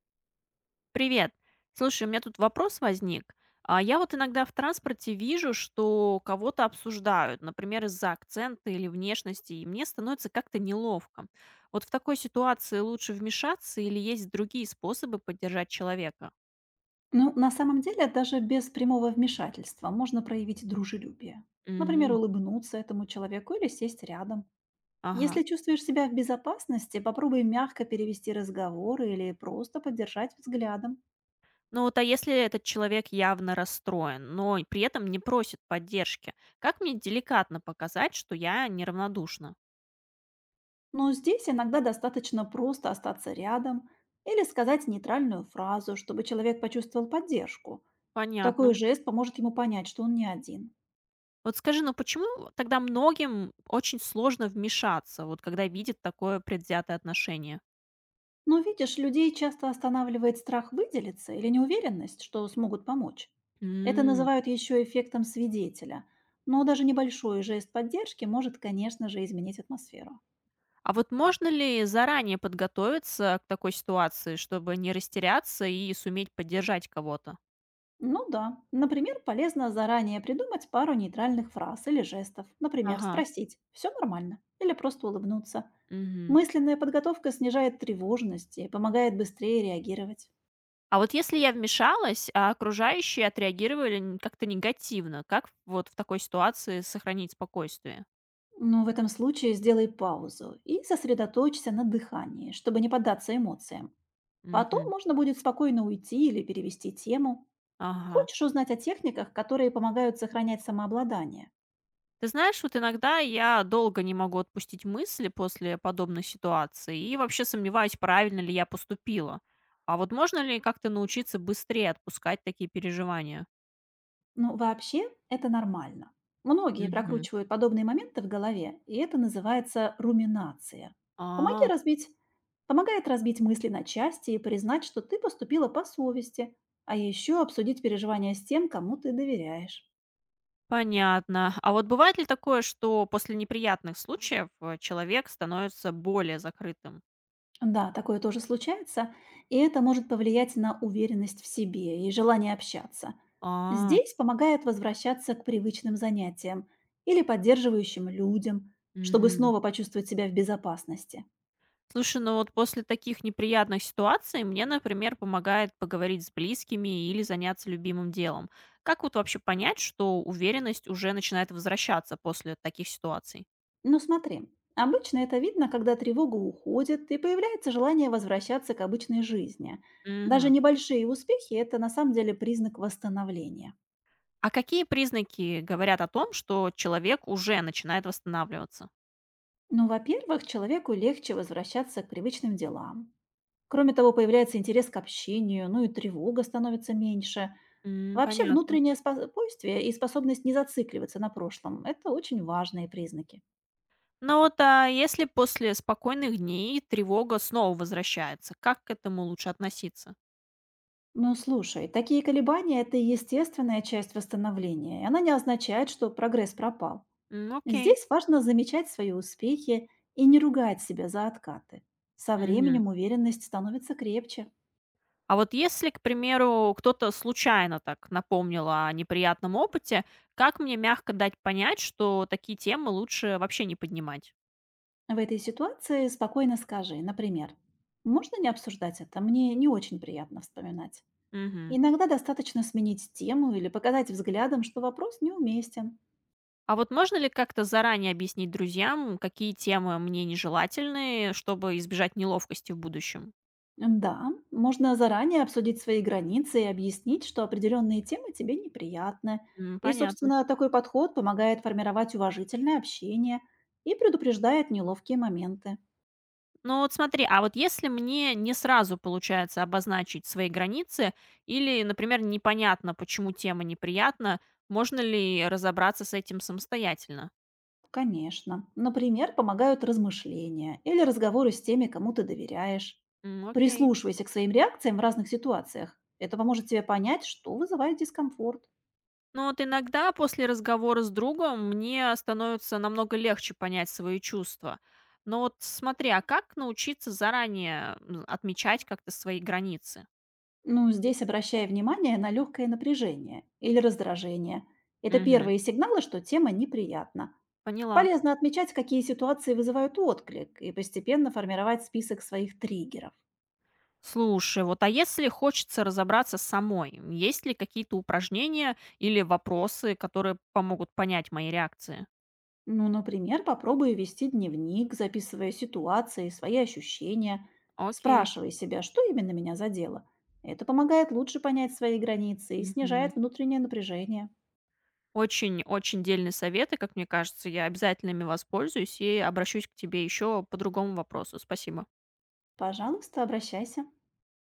Привет. Слушай, у меня тут вопрос возник. А я вот иногда в транспорте вижу, что кого-то обсуждают, например, из-за акцента или внешности, и мне становится как-то неловко. Вот в такой ситуации лучше вмешаться или есть другие способы поддержать человека? Ну, на самом деле, даже без прямого вмешательства можно проявить дружелюбие. Например, М. улыбнуться этому человеку или сесть рядом. Ага. Если чувствуешь себя в безопасности, попробуй мягко перевести разговор или просто поддержать взглядом. Ну вот, а если этот человек явно расстроен, но и при этом не просит поддержки, как мне деликатно показать, что я неравнодушна? Но здесь иногда достаточно просто остаться рядом или сказать нейтральную фразу, чтобы человек почувствовал поддержку. Понятно. Такой жест поможет ему понять, что он не один. Вот скажи, ну почему тогда многим очень сложно вмешаться, вот когда видят такое предвзятое отношение? Но видишь, людей часто останавливает страх выделиться или неуверенность, что смогут помочь. Это М. называют еще эффектом свидетеля. Но даже небольшой жест поддержки может, конечно же, изменить атмосферу. А вот можно ли заранее подготовиться к такой ситуации, чтобы не растеряться и суметь поддержать кого-то? Ну да, например, полезно заранее придумать пару нейтральных фраз или жестов. Например, Ага. спросить «все нормально» или просто улыбнуться. Мгм. Мысленная подготовка снижает тревожность и помогает быстрее реагировать. А вот если я вмешалась, а окружающие отреагировали как-то негативно, как вот в такой ситуации сохранить спокойствие? Но в этом случае сделай паузу и сосредоточься на дыхании, чтобы не поддаться эмоциям. Потом Мгм. можно будет спокойно уйти или перевести тему. Ага. Хочешь узнать о техниках, которые помогают сохранять самообладание? Ты знаешь, вот иногда я долго не могу отпустить мысли после подобной ситуации и вообще сомневаюсь, правильно ли я поступила. А вот можно ли как-то научиться быстрее отпускать такие переживания? Ну, вообще, это нормально. Многие Мгм. прокручивают подобные моменты в голове, и это называется руминация. Помоги А, разбить, помогает разбить мысли на части и признать, что ты поступила по совести, а еще обсудить переживания с тем, кому ты доверяешь. понятно. А вот бывает ли такое, что после неприятных случаев человек становится более закрытым? Да, такое тоже случается, и это может повлиять на уверенность в себе и желание общаться. А, Здесь помогает возвращаться к привычным занятиям или поддерживающим людям, чтобы мгм. снова почувствовать себя в безопасности. Слушай, ну вот после таких неприятных ситуаций мне, например, помогает поговорить с близкими или заняться любимым делом. Как вот вообще понять, что уверенность уже начинает возвращаться после таких ситуаций? Но смотри, обычно это видно, когда тревога уходит и появляется желание возвращаться к обычной жизни. Даже Мгм. небольшие успехи– это на самом деле признак восстановления. А какие признаки говорят о том, что человек уже начинает восстанавливаться? Ну, во-первых, человеку легче возвращаться к привычным делам. Кроме того, появляется интерес к общению, ну и тревога становится меньше. М, Вообще понятно. внутреннее спокойствие и способность не зацикливаться на прошлом– это очень важные признаки. Ну вот, а если после спокойных дней тревога снова возвращается, как к этому лучше относиться? Ну слушай, такие колебания– это естественная часть восстановления, и она не означает, что прогресс пропал. М, окей. Здесь важно замечать свои успехи и не ругать себя за откаты. Со Мгм. временем уверенность становится крепче. А вот если, к примеру, кто-то случайно так напомнил о неприятном опыте, как мне мягко дать понять, что такие темы лучше вообще не поднимать? В этой ситуации спокойно скажи, например, «Можно не обсуждать это? Мне не очень приятно вспоминать». Мгм. Иногда достаточно сменить тему или показать взглядом, что вопрос неуместен. А вот можно ли как-то заранее объяснить друзьям, какие темы мне нежелательны, чтобы избежать неловкости в будущем? Да, можно заранее обсудить свои границы и объяснить, что определенные темы тебе неприятны. М, И, понятно. собственно, такой подход помогает формировать уважительное общение и предупреждает неловкие моменты. Ну вот смотри, а вот если мне не сразу получается обозначить свои границы, или, например, непонятно, почему тема неприятна, можно ли разобраться с этим самостоятельно? Конечно. Например, помогают размышления или разговоры с теми, кому ты доверяешь. М, окей. Прислушивайся к своим реакциям в разных ситуациях. Это поможет тебе понять, что вызывает дискомфорт. Но вот иногда после разговора с другом мне становится намного легче понять свои чувства. Но вот смотри, а как научиться заранее отмечать как-то свои границы? Ну, здесь обращая внимание на легкое напряжение или раздражение. Это Мгм. первые сигналы, что тема неприятна. Поняла. Полезно отмечать, какие ситуации вызывают отклик, и постепенно формировать список своих триггеров. Слушай, вот а если хочется разобраться самой, есть ли какие-то упражнения или вопросы, которые помогут понять мои реакции? Ну, например, попробуй вести дневник, записывая ситуации, свои ощущения, Окей. спрашивая себя, что именно меня задело. Это помогает лучше понять свои границы и Мгм. снижает внутреннее напряжение. Очень-очень дельные советы, как мне кажется, я обязательно ими воспользуюсь и обращусь к тебе еще по другому вопросу. Спасибо. Пожалуйста, обращайся.